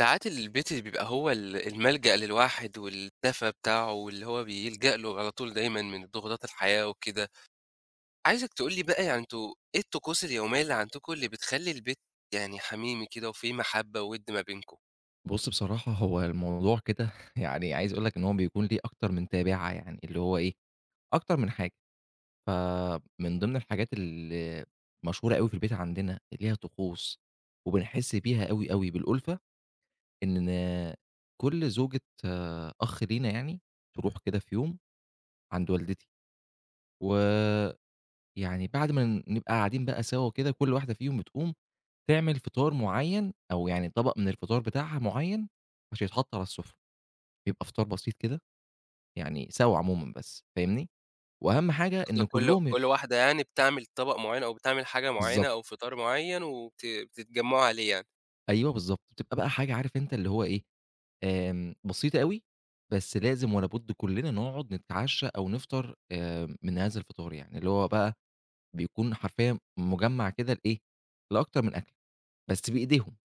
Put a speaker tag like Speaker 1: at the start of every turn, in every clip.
Speaker 1: ساعات البيت اللي بيبقى هو الملجأ للواحد والدفا بتاعه، واللي هو بيلجأ له على طول دايمًا من ضغوطات الحياة وكده. عايزك تقول لي بقى يعني أنتم إيه الطقوس اليومية اللي عندكم اللي بتخلّي البيت يعني حميمي كده وفيه محبة ووِد ما بينكم؟
Speaker 2: بُص، بصراحة هو الموضوع كده. يعني عايز أقول لك إن هو بيكون ليه أكتر من تابعة، يعني اللي هو إيه، أكتر من حاجة. فمن ضمن الحاجات اللي مشهورة أوي في البيت عندنا اللي هي طقوس، وبنحس بيها أوي، أوي بالألفة، إن كل زوجة آه، أخ لينا، يعني تروح كده في يوم عند والدتي، ويعني بعد ما نبقى قاعدين بقى سوا وكده، كل واحدة فيهم بتقوم تعمل فطار معين، أو يعني طبق من الفطار بتاعها معين عشان يتحط على السفرة. بيبقى فطار بسيط كده، يعني سوا عمومًا بس، فاهمني؟ وأهم حاجة إن
Speaker 1: قصدك كل
Speaker 2: كلّهم
Speaker 1: كل واحدة يعني بتعمل طبق معيّن أو بتعمل حاجة معيّنة أو
Speaker 2: بالضبط،
Speaker 1: فطار معيّن بتتجمعوا عليه يعني؟
Speaker 2: أيوه بالضبط، بتبقى بقى حاجة، عارف أنت اللي هو إيه، بسيطة أوي، بس لازم ولا بُد كلّنا نقعد نتعشّى أو نفطر من هذا الفطار يعني، اللي هو بقى بيكون حرفيًا مجمّع كده لإيه، لأكتر من أكلة، بس بإيديهم.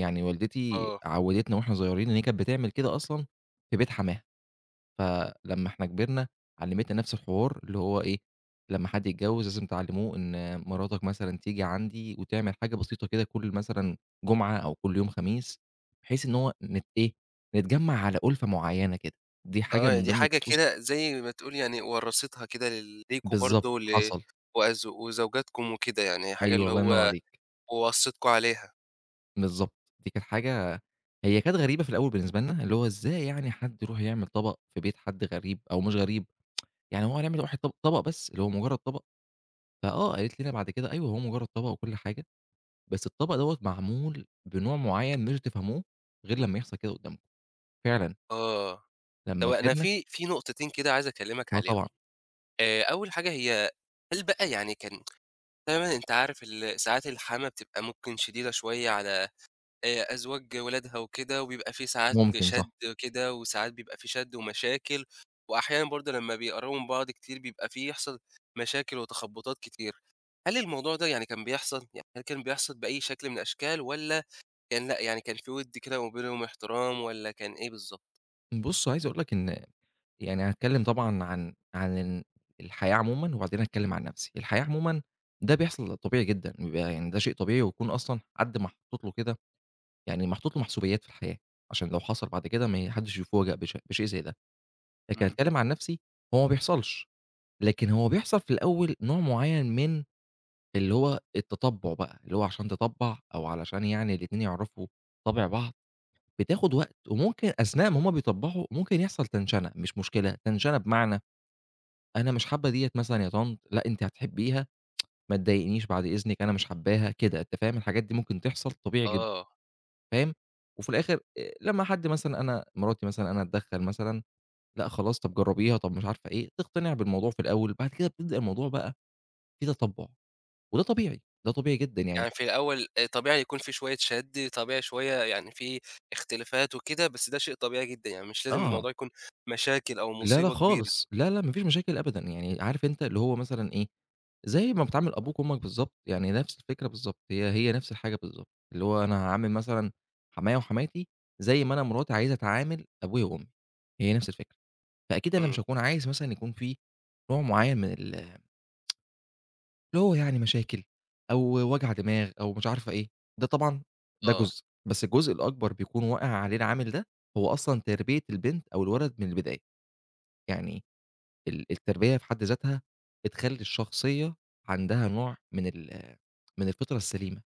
Speaker 2: يعني والدتي
Speaker 1: آه،
Speaker 2: عوّدتنا وإحنا صغيرين إن هي كانت بتعمل كده أصلًا في بيت حماها. فلمّا إحنا كبرنا، علّمتنا نفس الحوار، اللي هو إيه، لمّا حد يتجوّز لازم تعلّموه إن مراتك مثلًا تيجي عندي وتعمل حاجة بسيطة كده، كل مثلًا جمعة أو كل يوم خميس، بحيث إن هو نت إيه، نتجمّع على أُلفة معيّنة كده. دي حاجة
Speaker 1: آه،
Speaker 2: من
Speaker 1: دي
Speaker 2: ضمن
Speaker 1: حاجة
Speaker 2: الطقوس.
Speaker 1: كده زي ما تقول يعني ورّثتها كده ليكم
Speaker 2: بالضبط،
Speaker 1: برضه ل
Speaker 2: حصل.
Speaker 1: وأز وزوجاتكم وكده، يعني حاجة
Speaker 2: أيوه
Speaker 1: اللي
Speaker 2: الله ينور
Speaker 1: هو
Speaker 2: عليك.
Speaker 1: وصّتكم عليها.
Speaker 2: بالضبط. دي كانت حاجة هي كانت غريبة في الأول بالنسبة لنا، اللي هو إزاي يعني حد يروح يعمل طبق في بيت حد غريب أو مش غريب، يعني هو هنعمل واحد طبق بس، اللي هو مجرّد طبق! فآه، قالت لنا بعد كده أيوه هو مجرّد طبق وكل حاجة، بس الطبق دوّة معمول بنوع معيّن مش هتفهموه غير لمّا يحصل كده قدّامكم، فعلًا.
Speaker 1: آه، طب
Speaker 2: لمّا
Speaker 1: أنا
Speaker 2: كبرنا
Speaker 1: في نقطتين كده عايز أكلّمك
Speaker 2: آه طبعًا،
Speaker 1: عليهم. أول حاجة هي، هل بقى يعني كان، طبعًا أنت عارف ساعات الحَمَاة بتبقى ممكن شديدة شوية على أزواج ولادها وكده، وبيبقى في ساعات
Speaker 2: ممكن صح.
Speaker 1: شَد كده، وساعات بيبقى في شَد ومشاكل، وأحيانًا برضه لمّا بيقربوا من بعض كتير بيبقى في يحصل مشاكل وتخبُّطات كتير. هل الموضوع ده يعني كان بيحصل؟ يعني هل كان بيحصل بأي شكل من الأشكال والّا كان لأ، يعني كان في وِد كده وما بينهم احترام، والّا كان إيه بالضبط؟
Speaker 2: بُص، عايز أقول لك إن يعني هاتكلّم طبعًا عن عن ال الحياة عمومًا، وبعدين هاتكلّم عن نَفْسي. الحياة عمومًا ده بيحصل طبيعي جدًا، بيبقى يعني ده شيء طبيعي، ويكون أصلًا حد محطوط له كده، يعني محطوط له محسوبيات في الحياة، عشان لو حصل بعد كده ما ي حدّش يفوجأ بشيء زي ده. لكن
Speaker 1: إمم.
Speaker 2: هاتكلّم عن نَفْسي، هو ما بيحصلش. لكن هو بيحصل في الأول نوع معيّن من اللي هو التطبُّع بقى، اللي هو عشان تطبّع، أو علشان يعني الاتنين يعرفوا طَبْع بعض، بتاخد وقت، وممكن أثناء ما هُم بيطبّعوا ممكن يحصل تنشنة، مش مشكلة، تنشنة بمعنى أنا مش حابة ديّة مثلًا يا طنط، لأ أنتِ هتحبّيها، ما تضايقنيش بعد إذنِك أنا مش حابّاها، كده أنت فاهم، الحاجات دي ممكن تحصل طبيعي جدًا،
Speaker 1: آه.
Speaker 2: فاهم. وفي الآخر لمّا حد مثلًا أنا مراتي مثلًا أنا أتدخّل مثلًا، لأ خلاص طَب جرّبيها، طَب مش عارفة إيه، تقتنع بالموضوع في الأول، بعد كده بتبدأ الموضوع بقى فيه تطبُّع. وده طبيعي، ده طبيعي جدًا يعني.
Speaker 1: يعني في الأول طبيعي يكون في شوية شَد، طبيعي شوية، يعني في اختلافات وكده، بس ده شيء طبيعي جدًا، يعني مش لازم
Speaker 2: آه،
Speaker 1: الموضوع يكون مشاكل أو
Speaker 2: لا، لا
Speaker 1: مصيبة كبيرة.
Speaker 2: خالص، لا، لا ما فيش مشاكل أبدًا، يعني عارف أنت اللي هو مثلًا إيه، زي ما بتعامل أبوك وأمك بالضبط، يعني نفس الفكرة بالضبط، هي نفس الحاجة بالضبط، اللي هو أنا هاعامل مثلًا حمايا وحماتي زي ما أنا مراتي عايزة أتعامل أبويا وأمي، هي نفس الفكرة. فأكيد أنا
Speaker 1: إمم.
Speaker 2: مش هاكون عايز مثلًا يكون في نوع معين من اللي هو يعني مشاكل أو وجع دماغ أو مش عارفة إيه، ده طبعًا ده
Speaker 1: آه.
Speaker 2: جزء. بس الجزء الأكبر بيكون واقع عليه العامل ده، هو أصلًا تربية البنت أو الولد من البداية، يعني التربية في حد ذاتها بتخلّي الشخصية عندها نوع من من الفطرة السليمة،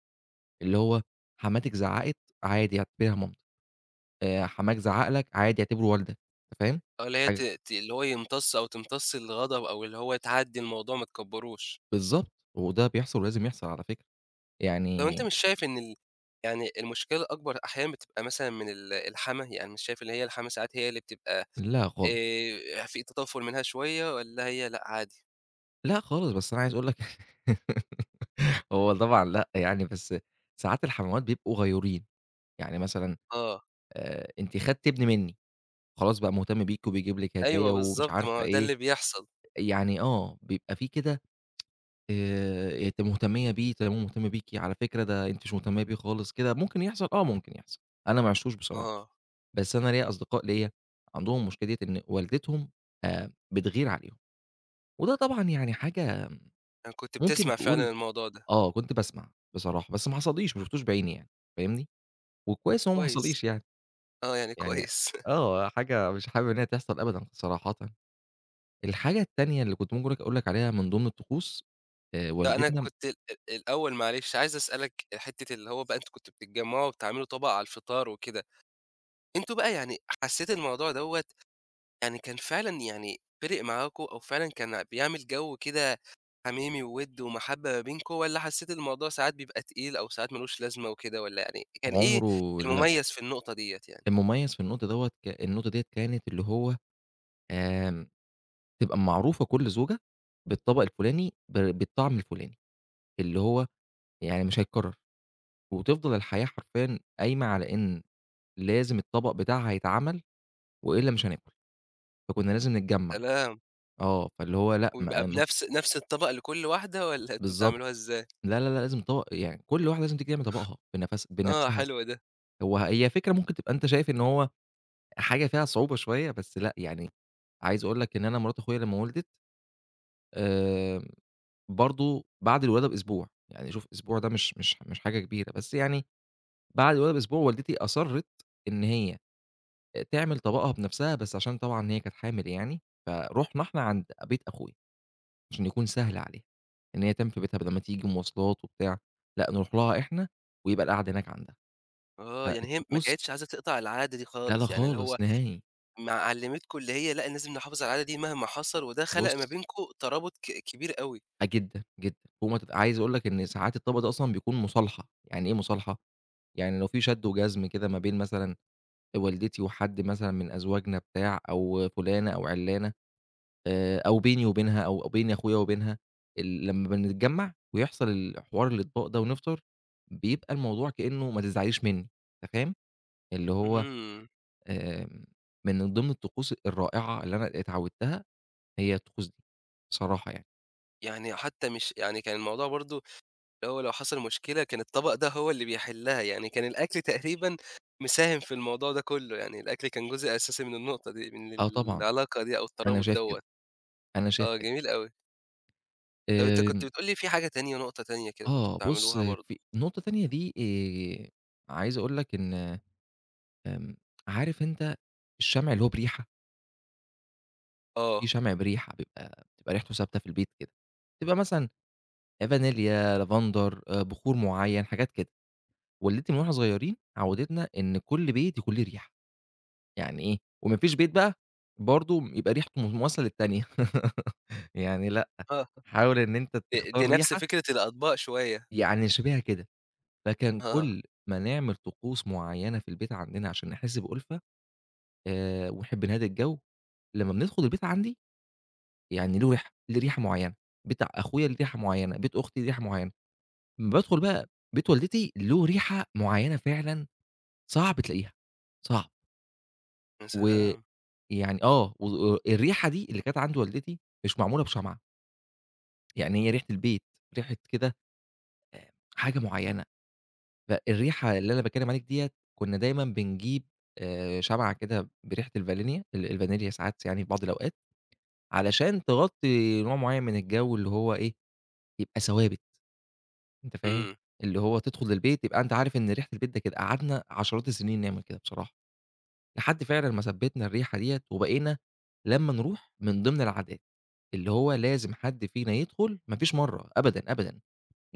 Speaker 2: اللي هو حماتِك زعّقِت عادي اعتبريها مامتِك، حماك زعّق لك عادي اعتبره والدك، أنت فاهم؟
Speaker 1: آه، اللي هي ت
Speaker 2: حاجة
Speaker 1: ت اللي هو يمتص أو تمتص الغضب، أو اللي هو تعدّي الموضوع ما تكبّروش.
Speaker 2: بالضبط، وده بيحصل ولازم يحصل على فكرة،
Speaker 1: طَب أنت
Speaker 2: يعني
Speaker 1: مش شايف إن يعني المشكلة الأكبر أحيانًا بتبقى مثلًا من الحَمَى؟ يعني مش شايف اللي هي الحَمَى ساعات هي اللي بتبقى
Speaker 2: لأ خالص.
Speaker 1: في تطفُّل منها شوية، والّا هي لأ عادي؟
Speaker 2: لأ خالص، بس أنا عايز أقول لك هو طبعًا لأ يعني، بس ساعات الحموات بيبقوا غيورين، يعني مثلًا
Speaker 1: آه،
Speaker 2: أنتِ خدتِ ابني مني، خلاص بقى مهتم بيكِ وبيجيب لِك
Speaker 1: أيوه
Speaker 2: هدايا ومش
Speaker 1: بالضبط، ما
Speaker 2: عارفة
Speaker 1: هو ده
Speaker 2: إيه،
Speaker 1: اللي بيحصل.
Speaker 2: يعني آه، بيبقى في كده أنتِ مهتمية بيه، طب هو مهتم بيكِ، على فكرة ده أنتِ مش مهتمية بيه خالص كده، ممكن يحصل، آه ممكن يحصل. أنا ما عشتوش بصراحة،
Speaker 1: آه.
Speaker 2: بس أنا ليّا أصدقاء ليّا عندهم المشكلة ديّة، إن والدتهم بتغير عليهم، وده طبعًا يعني حاجة
Speaker 1: أنا كنت
Speaker 2: ممكن
Speaker 1: بتسمع
Speaker 2: تقول.
Speaker 1: فعلًا الموضوع ده.
Speaker 2: آه، كنت باسمع بصراحة، بس ما حصليش، ما شُفتوش بعيني يعني، فاهمني؟ وكويس إن هو ما
Speaker 1: كويس.
Speaker 2: حصليش يعني،
Speaker 1: آه، يعني
Speaker 2: يعني
Speaker 1: كويس.
Speaker 2: آه، حاجة مش حابب إن هي تحصل أبدًا صراحةً. الحاجة التانية اللي كنت ممكن أقول لك عليها من ضمن الطقوس،
Speaker 1: لأ أنا
Speaker 2: والدتنا
Speaker 1: كنت ال الأول، معلش، عايز أسألك حتّة اللي هو بقى، أنتم كنتم بتتجمّعوا وبتعملوا طبق على الفطار وكده، أنتم بقى يعني حسّيت الموضوع دوّة يعني كان فعلًا، يعني فِرِق معاكم، أو فعلًا كان بيعمل جو كده حميمي ووِد ومَحبّة ما بينكم، والّا حسّيت الموضوع ساعات بيبقى تقيل أو ساعات ما لوش لازمة وكده، والّا يعني كان إيه
Speaker 2: عمره لأ،
Speaker 1: المميز في النقطة ديّة يعني؟
Speaker 2: المميز في النوطة دوّة النوطة ديّة كانت اللي هو آمم، تبقى معروفة كل زوجة بالطبق الفلاني بالطعم الفلاني، اللي هو يعني مش هيتكرر. وتفضل الحياة حرفيًا قايمة على إن لازم الطبق بتاعها يتعمل وإلا مش هناكل. فكنا لازم نتجمّع.
Speaker 1: سلام!
Speaker 2: آه، فاللي هو لأ
Speaker 1: ويبقى
Speaker 2: ما م
Speaker 1: بنفس الطبق لكل واحدة، والّا أنتم بتعملوها
Speaker 2: بالضبط،
Speaker 1: إزاي؟
Speaker 2: لا، لا، لا، لازم طبق، يعني كل واحدة لازم تيجي تعمل طبقها
Speaker 1: آه،
Speaker 2: بنفسها.
Speaker 1: حلو ده.
Speaker 2: هو هي فكرة ممكن تبقى أنت شايف إن هو حاجة فيها صعوبة شوية، بس لأ، يعني عايز أقول لك إن أنا مرات أخويا لمّا ولدت، آآ، برضه بعد الولادة بأسبوع، يعني شوف أسبوع ده مش حاجة كبيرة، بس يعني بعد الولادة بأسبوع والدتي أصرِّت إن هي تعمل طبقها بنفسها، بس عشان طبعًا هي كانت حامل يعني، فرُحنا إحنا عند بيت أخويا. عشان يكون سهل عليها، إن هي تنام في بيتها بدل ما تيجي مواصلات وبتاع، لأ نروح لها إحنا، ويبقى القعدة هناك عندها.
Speaker 1: آه، يعني هي ما
Speaker 2: فالطقوس
Speaker 1: كانتش عايزة تقطع العادة دي
Speaker 2: لا، لا
Speaker 1: خالص، يعني اللي هو
Speaker 2: خالص نهائي.
Speaker 1: ما علّمتكم اللي هي لأ، لازم نحافظ على العادة دي مهما حصل، وده خلق ما
Speaker 2: بُص
Speaker 1: بينكم ترابط كبير أوي.
Speaker 2: آه جدًا، جدًا، فوق ما تت عايز أقول لك إن ساعات الطلاق ده أصلًا بيكون مصالحة، يعني إيه مصالحة؟ يعني لو في شد وجذب كده ما بين مثلًا والدتي وحد مثلًا من أزواجنا بتاع، أو فلانة أو علانة، أو بيني وبينها، أو بين أخويا وبينها، لمّا بنتجمّع ويحصل الحوار الإطباق ده ونفطر، بيبقى الموضوع كإنه ما تزعليش مني، أنت فاهم؟ اللي هو
Speaker 1: اهم.
Speaker 2: آمم، من ضمن الطقوس الرائعة اللي أنا اتعودتها هي الطقوس دي، بصراحة يعني.
Speaker 1: يعني حتى مش، يعني كان الموضوع برضه اللي هو لو حصل مشكلة كان الطبق ده هو اللي بيحلها، يعني كان الأكل تقريبًا مساهم في الموضوع ده كله، يعني الأكل كان جزء أساسي من النقطة دي، من
Speaker 2: آه طبعًا،
Speaker 1: العلاقة دي أو
Speaker 2: أنا
Speaker 1: الترابط
Speaker 2: شايف
Speaker 1: دوّة.
Speaker 2: كده، أنا شايف
Speaker 1: آه،
Speaker 2: كده.
Speaker 1: جميل أوي. طب أنت كنت
Speaker 2: آمم،
Speaker 1: بتقول لي في حاجة تانية، نقطة تانية كده كنتم
Speaker 2: آه بُص
Speaker 1: بتعملوها
Speaker 2: في
Speaker 1: برضه.
Speaker 2: نقطة تانية دي عايز أقول لك إن آمم، عارف أنت الشمع اللي هو بريحة، في
Speaker 1: آه،
Speaker 2: شمع بريحة بيبقى ريحته ثابتة في البيت كده، بتبقى مثلًا فانيليا، لافندر، بخور معين، حاجات كده. والدتي من واحنا صغيرين عودتنا إن كل بيت يكون ليه ريحة. يعني إيه، وما فيش بيت بقى برضه يبقى ريحته مواصلة للتانية. يعني لأ،
Speaker 1: آه،
Speaker 2: حاول إن أنت
Speaker 1: دي
Speaker 2: تختار
Speaker 1: نفس
Speaker 2: ريحة
Speaker 1: فكرة الأطباق شوية.
Speaker 2: يعني شبيهة كده. فكان
Speaker 1: آه.
Speaker 2: كل ما نعمل طقوس معيّنة في البيت عندنا عشان نحس بأُلفة، ونحب نهادي الجو. لمّا بندخل البيت عندي يعني له ريحة، ليه ريحة معيّنة، بيت أخويا ليه ريحة معيّنة، بيت أختي ليه ريحة معيّنة، أمّا بادخل بقى بيت والدتي له ريحة معيّنة فعلًا صعب تلاقيها، صعب.
Speaker 1: يا
Speaker 2: و
Speaker 1: سلام!
Speaker 2: يعني آه، و الريحة دي اللي كانت عند والدتي مش معمولة بشمعة، يعني هي ريحة البيت، ريحة كده حاجة معيّنة. فالريحة اللي أنا باتكلّم عليك ديّة، كُنّا دايمًا بنجيب شمعة كده بريحة الفانيليا الفانيليا ساعات يعني في بعض الأوقات، علشان تغطّي نوع معيّن من الجَو اللي هو إيه، يبقى ثوابت، أنت فاهم؟
Speaker 1: إمم.
Speaker 2: اللي هو تدخل البيت تبقى أنت عارف إن ريحة البيت ده كده، قعدنا عشرات السنين نعمل كده بصراحة. لحد فعلًا ما ثبّتنا الريحة ديّة، وبقينا لمّا نروح من ضمن العادات، اللي هو لازم حد فينا يدخل. ما فيش مرّة أبدًا، أبدًا،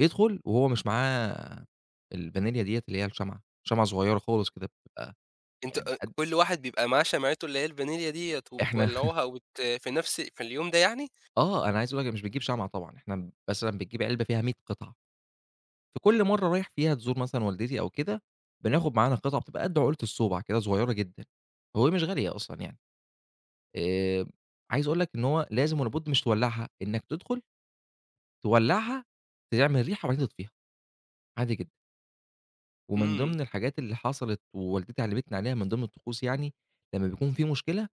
Speaker 2: يدخل وهو مش معاه الفانيليا ديّة اللي هي الشمعة، شمعة صغيّرة خالص كده بتبقى
Speaker 1: أنت
Speaker 2: يعني قد
Speaker 1: كل واحد بيبقى معاه شمعته اللي هي الفانيليا ديّة
Speaker 2: إحنا.
Speaker 1: وبتولّعوها في اليوم ده يعني؟
Speaker 2: آه، أنا عايز أقول لك مش بتجيب شمعة طبعًا، إحنا مثلًا بتجيب علبة فيها 100 قطعة، فكل مرّة رايح فيها تزور مثلًا والدتي أو كده، بناخد معانا قطعة بتبقى قد عقلة الصوبع كده، صغيّرة جدًا، وهي مش غالية أصلًا يعني. آآ، عايز أقول لك إن هو لازم ولابد مش تولّعها، إنك تدخل تولّعها، تعمل ريحة وبعدين تطفيها، عادي جدًا. ومن
Speaker 1: إمم.
Speaker 2: ضمن الحاجات اللي حصلت ووالدتي علّمتني عليها من ضمن الطقوس يعني، لمّا بيكون في مشكلة،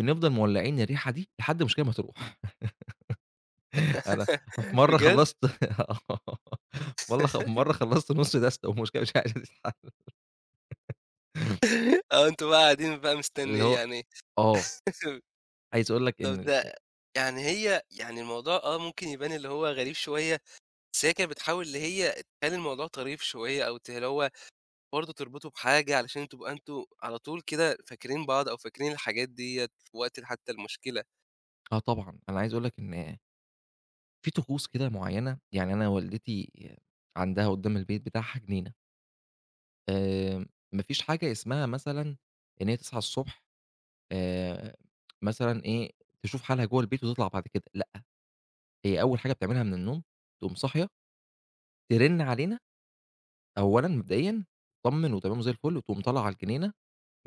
Speaker 2: بنفضل مولّعين الريحة دي لحد المشكلة ما تروح. أنا في مرّة
Speaker 1: بجد؟
Speaker 2: خلّصت آه، والله مرّة خلّصت نُص دستة والمشكلة مش عايزة تتحل.
Speaker 1: آه، أنتم بقى قاعدين بقى
Speaker 2: اللي
Speaker 1: مستني
Speaker 2: هو
Speaker 1: يعني.
Speaker 2: آه، عايز أقول لك
Speaker 1: طب
Speaker 2: إن
Speaker 1: ده يعني هي، يعني الموضوع ممكن يبان اللي هو غريب شوية، بس هي كانت بتحاول اللي هي تخلّي الموضوع طريف شوية، أو اللي هو برضه تربطه بحاجة علشان تبقى أنتم على طول كده فاكرين بعض، أو فاكرين الحاجات ديّة في وقت حتى المشكلة.
Speaker 2: آه طبعًا، أنا عايز أقول لك إن في طقوس كده معيّنة، يعني أنا والدتي عندها قدّام البيت بتاعها جنينة، آآ ما فيش حاجة اسمها مثلًا إن هي تصحى الصبح آآ مثلًا إيه، تشوف حالها جوّه البيت وتطلع بعد كده، لأ، هي أول حاجة بتعملها من النوم، تقوم صاحية، ترن علينا أولًا مبدئيًا، تطمن وتمام وزي الفل، وتقوم طالعة على الجنينة،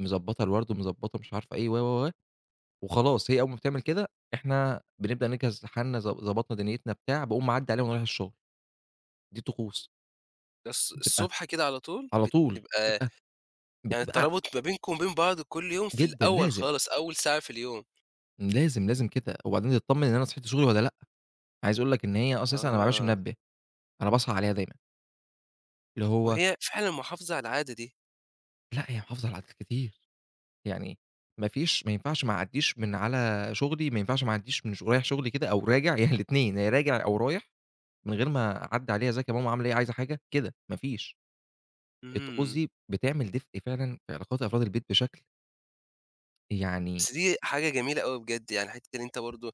Speaker 2: مضبّطة الورد ومضبّطة مش عارفة إيه و، و، و، وخلاص. هي أول ما بتعمل كده، إحنا بنبدأ نجهز حالنا، ضبطنا دنيتنا بتاع، باقوم معدّي عليها وأنا رايح الشغل. دي طقوس.
Speaker 1: بس
Speaker 2: بتبقى
Speaker 1: الصبح كده على طول
Speaker 2: على طول،
Speaker 1: بتبقى،
Speaker 2: بتبقى
Speaker 1: يعني
Speaker 2: بتبقى.
Speaker 1: الترابط ما بينكم وبين بعض كل يوم في
Speaker 2: جدًا
Speaker 1: الأول
Speaker 2: لازم،
Speaker 1: خالص، أول ساعة في اليوم.
Speaker 2: لازم، لازم كده، وبعدين تتطمن إن أنا صحيت لشغلي والّا لأ. عايز أقول لك إن هي أساسًا أنا ما باعملش
Speaker 1: آه،
Speaker 2: منبه، أنا باصحى عليها دايمًا، اللي هو
Speaker 1: وهي فعلًا محافظة على العادة دي.
Speaker 2: لأ، هي محافظة على عادات كتير، يعني ما فيش، ما ينفعش ما اعدّيش من على شغلي، ما ينفعش ما اعدّيش من ش رايح شغلي كده أو راجع. يعني الاتنين، يا راجع أو رايح، من غير ما أعدّي عليها "إزيك يا ماما، عاملة إيه، عايزة حاجة؟" كده، ما فيش. الطقوس
Speaker 1: اهم.
Speaker 2: دي بتعمل دفء فعلًا في علاقات أفراد البيت بشكل يعني.
Speaker 1: بس دي حاجة جميلة أوي بجد، يعني حتة إن أنت برضه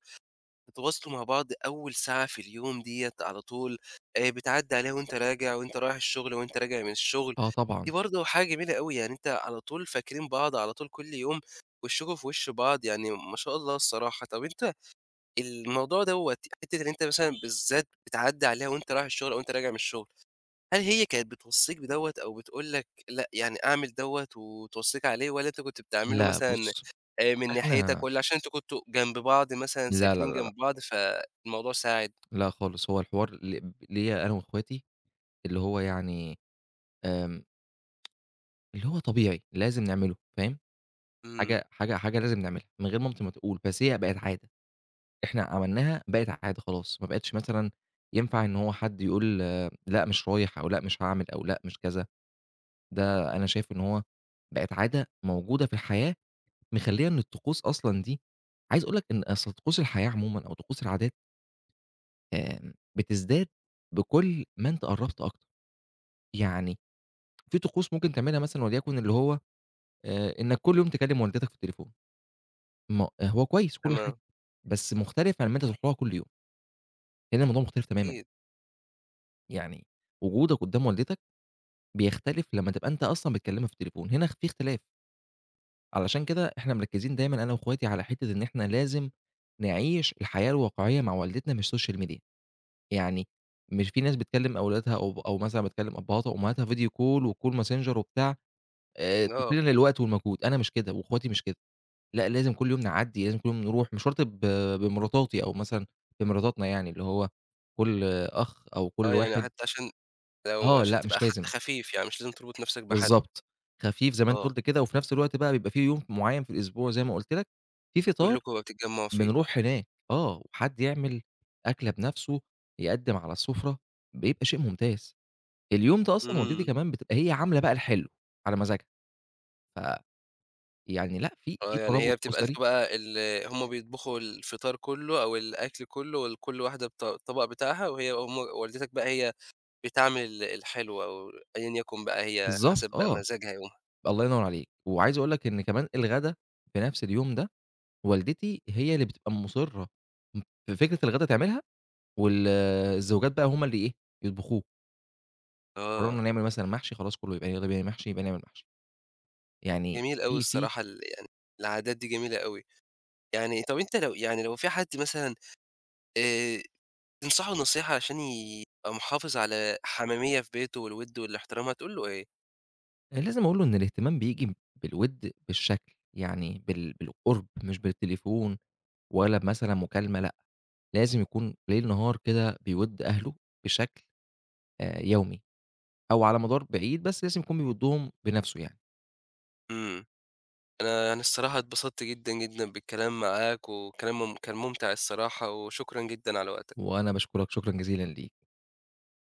Speaker 1: بتتواصلوا مع بعض أول ساعة في اليوم ديّة على طول، بتعدّي عليها وأنت راجع وأنت رايح الشغل وأنت راجع من الشغل.
Speaker 2: آه
Speaker 1: دي
Speaker 2: طبعًا.
Speaker 1: برضه حاجة جميلة أوي، يعني أنت على طول فاكرين بعض على طول كل يوم، وشكوا في وش بعض، يعني ما شاء الله الصراحة. طب أنت الموضوع دوّة، حتة إن أنت مثلًا بالذات بتعدّي عليها وأنت رايح الشغل أو وأنت راجع من الشغل، هل هي كانت بتوصّيك بدوّة أو بتقول لك لأ، يعني أعمل دوّة وتوصّيك عليه، والّا أنت كنت بتعمله
Speaker 2: لأ،
Speaker 1: مثلًا
Speaker 2: بُص،
Speaker 1: من ناحيتك،
Speaker 2: إحنا
Speaker 1: والّا عشان أنتم كنتم جنب بعض، مثلًا
Speaker 2: لا، لا،
Speaker 1: ساكنين
Speaker 2: لا، لأ،
Speaker 1: جنب بعض فالموضوع ساعد؟
Speaker 2: لأ خالص، هو الحوار ليّا أنا وأخواتي، اللي هو يعني آمم، اللي هو طبيعي، لازم نعمله، فاهم،
Speaker 1: إمم.
Speaker 2: حاجة حاجة لازم نعملها من غير مامتي ما تقول، بس هي بقت عادة. إحنا عملناها بقت عادة خلاص، ما بقتش مثلًا ينفع إن هو حد يقول لأ مش رايح، أو لأ مش هاعمل، أو لأ مش كذا. ده أنا شايف إن هو بقت عادة موجودة في الحياة، مخلية إن الطقوس أصلًا دي. عايز أقول لك إن أصل طقوس الحياة عمومًا أو طقوس العادات، بتزداد بكل ما أنت قرّبت أكتر، يعني في طقوس ممكن تعملها مثلًا وليكن اللي هو إنك كل يوم تكلم والدتك في التليفون، ما هو كويس وكل حاجة،
Speaker 1: تمام.
Speaker 2: بس مختلف عن إن أنت تروح لها كل يوم، هنا الموضوع مختلف تمامًا.
Speaker 1: أكيد.
Speaker 2: يعني وجودك قدّام والدتك بيختلف لمّا تبقى أنت أصلًا بتكلمها في التليفون، هنا في اختلاف. علشان كده إحنا مركّزين دايمًا أنا وأخواتي على حتّة إن إحنا لازم نعيش الحياة الواقعية مع والدتنا مش سوشيال ميديا، يعني مش في ناس بتكلم أولادها أو مثلًا بتكلم أبّهاتها وأمهاتها فيديو كول وكول ماسنجر وبتاع،
Speaker 1: آه.
Speaker 2: تقليلًا للوقت والمجهود، أنا مش كده وأخواتي مش كده. لأ لازم كل يوم نعدّي، لازم كل يوم نروح، مش شرط بمراتاتي أو مثلًا بمراتاتنا، يعني اللي هو كل أخ أو كل
Speaker 1: آه، يعني
Speaker 2: واحد.
Speaker 1: حتّى عشان لو
Speaker 2: آه،
Speaker 1: عشان
Speaker 2: لأ مش
Speaker 1: تبقى حتّى
Speaker 2: لازم.
Speaker 1: خفيف، يعني مش لازم تربط نَفْسك بحد.
Speaker 2: بالضبط، خفيف زي ما أنت
Speaker 1: آه،
Speaker 2: قُلت كده، وفي نفس الوقت بقى بيبقى في يوم معيّن في الأسبوع زي ما قُلت لك، في فطار
Speaker 1: كلّكم بقى بتتجمّعوا فيه.
Speaker 2: بنروح هناك، آه، وحد يعمل أكلة بنفسه، يقدّم على السفرة، بيبقى شيء ممتاز. اليوم ده أصلًا والدتي
Speaker 1: إمم.
Speaker 2: كمان بتبقى هي عاملة بقى الحلو على مزاجها، فيعني لأ، في
Speaker 1: آه، يعني هي
Speaker 2: ترابط
Speaker 1: بتبقى أنتم
Speaker 2: أسري.
Speaker 1: بقى هم بيطبخوا الفطار كلّه أو الأكل كلّه، كل واحدة الطبق بتاعها، وهي والدتك بقى هي بتعمل الحلوة، أو أيًا يكن بقى هي حسب
Speaker 2: بالضبط
Speaker 1: بقى
Speaker 2: آه،
Speaker 1: مزاجها يومها.
Speaker 2: الله ينور عليك. وعايز أقول لك إن كمان الغدا في نفس اليوم ده، والدتي هي اللي بتبقى مُصرة في فكرة الغدا تعملها، وال الزوجات بقى هُم اللي إيه، يطبخوه. قررنا
Speaker 1: آه،
Speaker 2: نعمل مثلًا محشي خلاص كله يبقى يلا بينا محشي، يبقى نعمل محشي. يعني
Speaker 1: جميل أوي
Speaker 2: في في
Speaker 1: الصراحة يعني العادات دي جميلة أوي. يعني طَب أنت لو، يعني لو في حد مثلًا آآ تنصحه نصيحة عشان يبقى محافظ على حميمية في بيته والوِد والاحترام، هتقول له إيه؟
Speaker 2: أنا لازم أقول له إن الاهتمام بييجي بالوِد بالشكل، يعني بالقرب مش بالتليفون، ولا بمثلًا مكالمة لأ، لازم يكون ليل نهار كده بيوِد أهله بشكل يومي، أو على مدار بعيد، بس لازم يكون بيودّهم بنَفْسه يعني.
Speaker 1: إمم. أنا الصراحة اتبسطت جدًا، جدًا بالكلام معاك، وكلام كان ممتع الصراحة، وشكرًا جدًا على وقتك.
Speaker 2: وأنا باشكرك شكرًا جزيلًا ليك.